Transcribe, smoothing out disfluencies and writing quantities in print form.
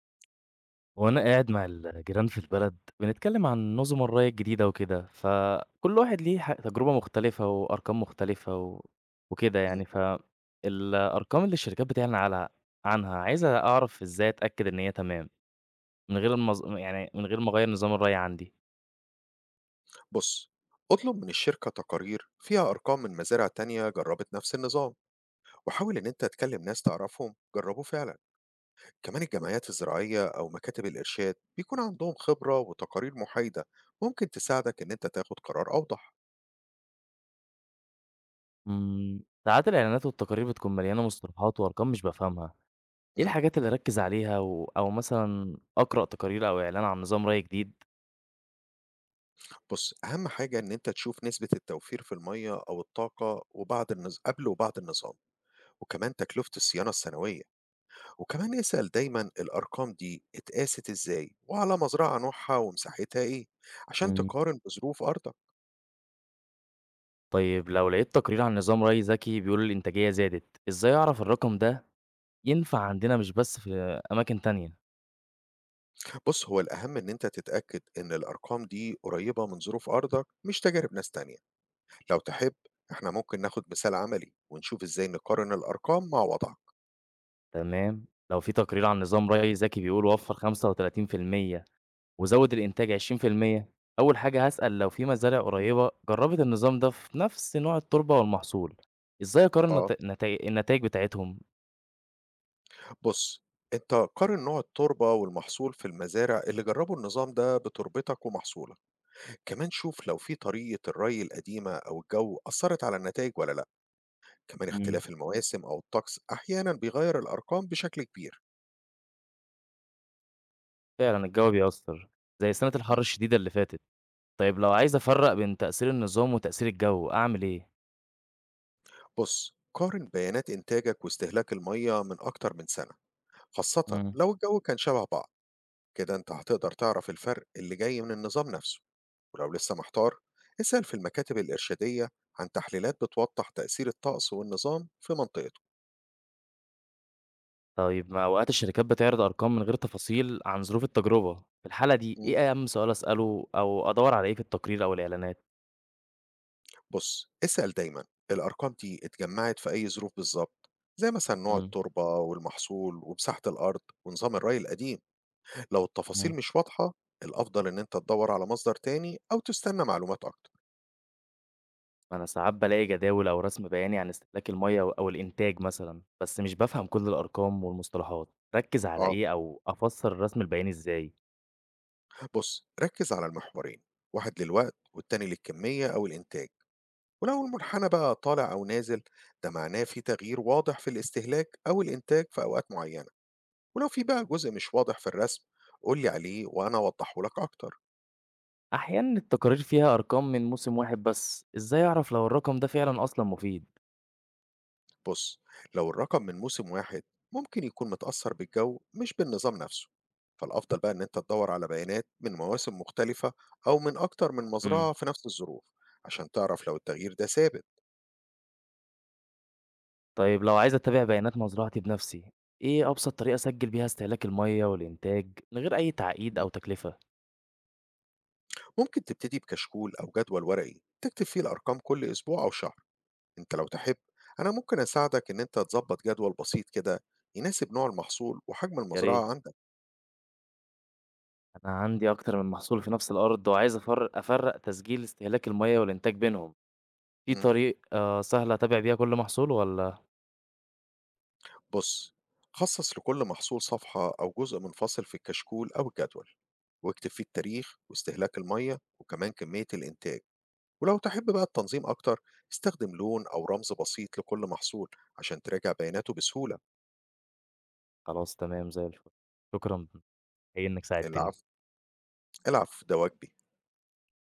وأنا قاعد مع الجيران في البلد بنتكلم عن نظم الري الجديدة وكده، فكل واحد ليه تجربة مختلفة وأرقام مختلفة وكده إمم. يعني، فالأرقام اللي الشركات بتعلن عنها، عايزة أعرف إزاي أتأكد إن هي تمام من غير يعني من غير ما أغير نظام الري عندي. بُص، اطلب من الشركة تقارير فيها أرقام من مزارع تانية جرّبت نفس النظام، وحاول إن أنت تكلم ناس تعرفهم جرّبوه فعلًا، كمان الجمعيات الزراعية أو مكاتب الإرشاد بيكون عندهم خبرة وتقارير محايدة ممكن تساعدك إن أنت تاخد قرار أوضح. ساعات الإعلانات والتقارير بتكون مليانة مصطلحات وأرقام مش بفهمها. إيه إمم. الحاجات اللي أركز عليها أو مثلا أقرأ تقارير أو إعلان عن نظام ري جديد؟ بُص، أهم حاجة إن أنت تشوف نسبة التوفير في المَيّة أو الطاقة وبعد قبل وبعد النظام، وكمان تكلفة الصيانة السنوية، وكمان اسأل دايمًا الأرقام دي اتقاست إزاي وعلى مزرعة نوعها ومساحتها إيه، عشان تقارن بظروف أرضك. طيب لو لقيت تقرير عن نظام ري ذكي بيقول الإنتاجية زادت، إزاي أعرف الرقم ده ينفع عندنا مش بس في أماكن تانية؟ بُص، هو الأهم إن أنت تتأكد إن الأرقام دي قريبة من ظروف أرضك مش تجارب ناس تانية. لو تحب إحنا ممكن ناخد مثال عملي ونشوف إزاي نقارن الأرقام مع وضعك. تمام، لو في تقرير عن نظام ري ذكي بيقول وفر 35% وزود الإنتاج 20%، أول حاجة هسأل لو في مزارع إمم. قريبة جربت النظام ده في نفس نوع التربة والمحصول، إزاي أقارن آه. نت- نتائج النتائج بتاعتهم؟ بُص، أنت قارن نوع التربة والمحصول في المزارع اللي جرّبوا النظام ده بتربتك ومحصولك، كمان شوف لو في طريقة الري القديمة أو الجو أثّرت على النتايج والّا لأ، كمان مم. اختلاف المواسم أو الطقس أحيانًا بيغيّر الأرقام بشكل كبير. فعلا الجو بيأثر، زي سنة إمم. الحر الشديدة اللي فاتت. طيب لو عايز أفرق بين تأثير النظام وتأثير الجو أعمل إيه؟ بُص، قارن بيانات إنتاجك واستهلاك المَيّة من أكتر من سَنة، خاصةً مم. لو الجو كان شبه بعض، كده أنت هتقدر تعرف الفرق اللي جاي من النظام نفسه. ولو لسه محتار، اسأل في المكاتب الإرشادية عن تحليلات بتوضح تأثير الطقس والنظام في منطقته. طيب ما أوقات الشركات بتعرض أرقام من غير تفاصيل عن ظروف التجربة، في الحالة دي مم. إيه أهم سؤال أسأله أو أدوّر على إيه في التقرير أو الإعلانات؟ بص، اسأل دايما الأرقام دي اتجمعت في أي ظروف بالظبط، زي مثلا نوع امم. التربة والمحصول ومساحة الأرض ونظام الري القديم. لو التفاصيل امم. مش واضحة، الأفضل إن أنت تدور على مصدر تاني أو تستنى معلومات أكتر. أنا ساعات بلاقي جداول أو رسم بياني عن استهلاك المية أو الإنتاج مثلًا، بس مش بفهم كل الأرقام والمصطلحات، ركز على آه. إيه أو أفسر الرسم البياني إزاي؟ بص، ركز على المحورين، واحد للوقت والتاني للكمية أو الإنتاج، ولو المنحنى بقى طالع أو نازل ده معناه في تغيير واضح في الاستهلاك أو الإنتاج في أوقات معينة. ولو في بقى جزء مش واضح في الرسم، قول لي عليه وأنا أوضحه لك أكتر. أحيانًا التقارير فيها أرقام من موسم واحد بس، إزاي أعرف لو الرقم ده فعلًا أصلًا مفيد؟ بص، لو الرقم من موسم واحد ممكن يكون متأثر بالجو مش بالنظام نفسه، فالأفضل بقى إن أنت تدور على بيانات من مواسم مختلفة أو من أكتر من مزرعة في نفس الظروف، عشان تعرف لو التغيير ده ثابت. طيب لو عايز أتابع بيانات مزرعتي بنفسي، إيه أبسط طريقة أسجل بيها استهلاك المية والإنتاج من غير أي تعقيد أو تكلفة؟ ممكن تبتدي بكشكول أو جدول ورقي تكتب فيه الأرقام كل أسبوع أو شهر. أنت لو تحب، أنا ممكن أساعدك إن أنت تظبط جدول بسيط كده يناسب نوع المحصول وحجم يا ريت. المزرعة عندك. أنا عندي أكتر من محصول في نفس الأرض وعايز أفرق تسجيل استهلاك المية والإنتاج بينهم، في مم. طريقة سهلة أتابع بيها كل محصول ولا؟ بص، خصص لكل محصول صفحة أو جزء منفصل في الكشكول أو الجدول، واكتب فيه التاريخ واستهلاك المية وكمان كمية الإنتاج. ولو تحب بقى التنظيم أكتر، استخدم لون أو رمز بسيط لكل محصول عشان تراجع بياناته بسهولة. خلاص تمام زي الفل؟ شكرا، إيه إنك ساعدتني. العفو، العفو ده واجبي.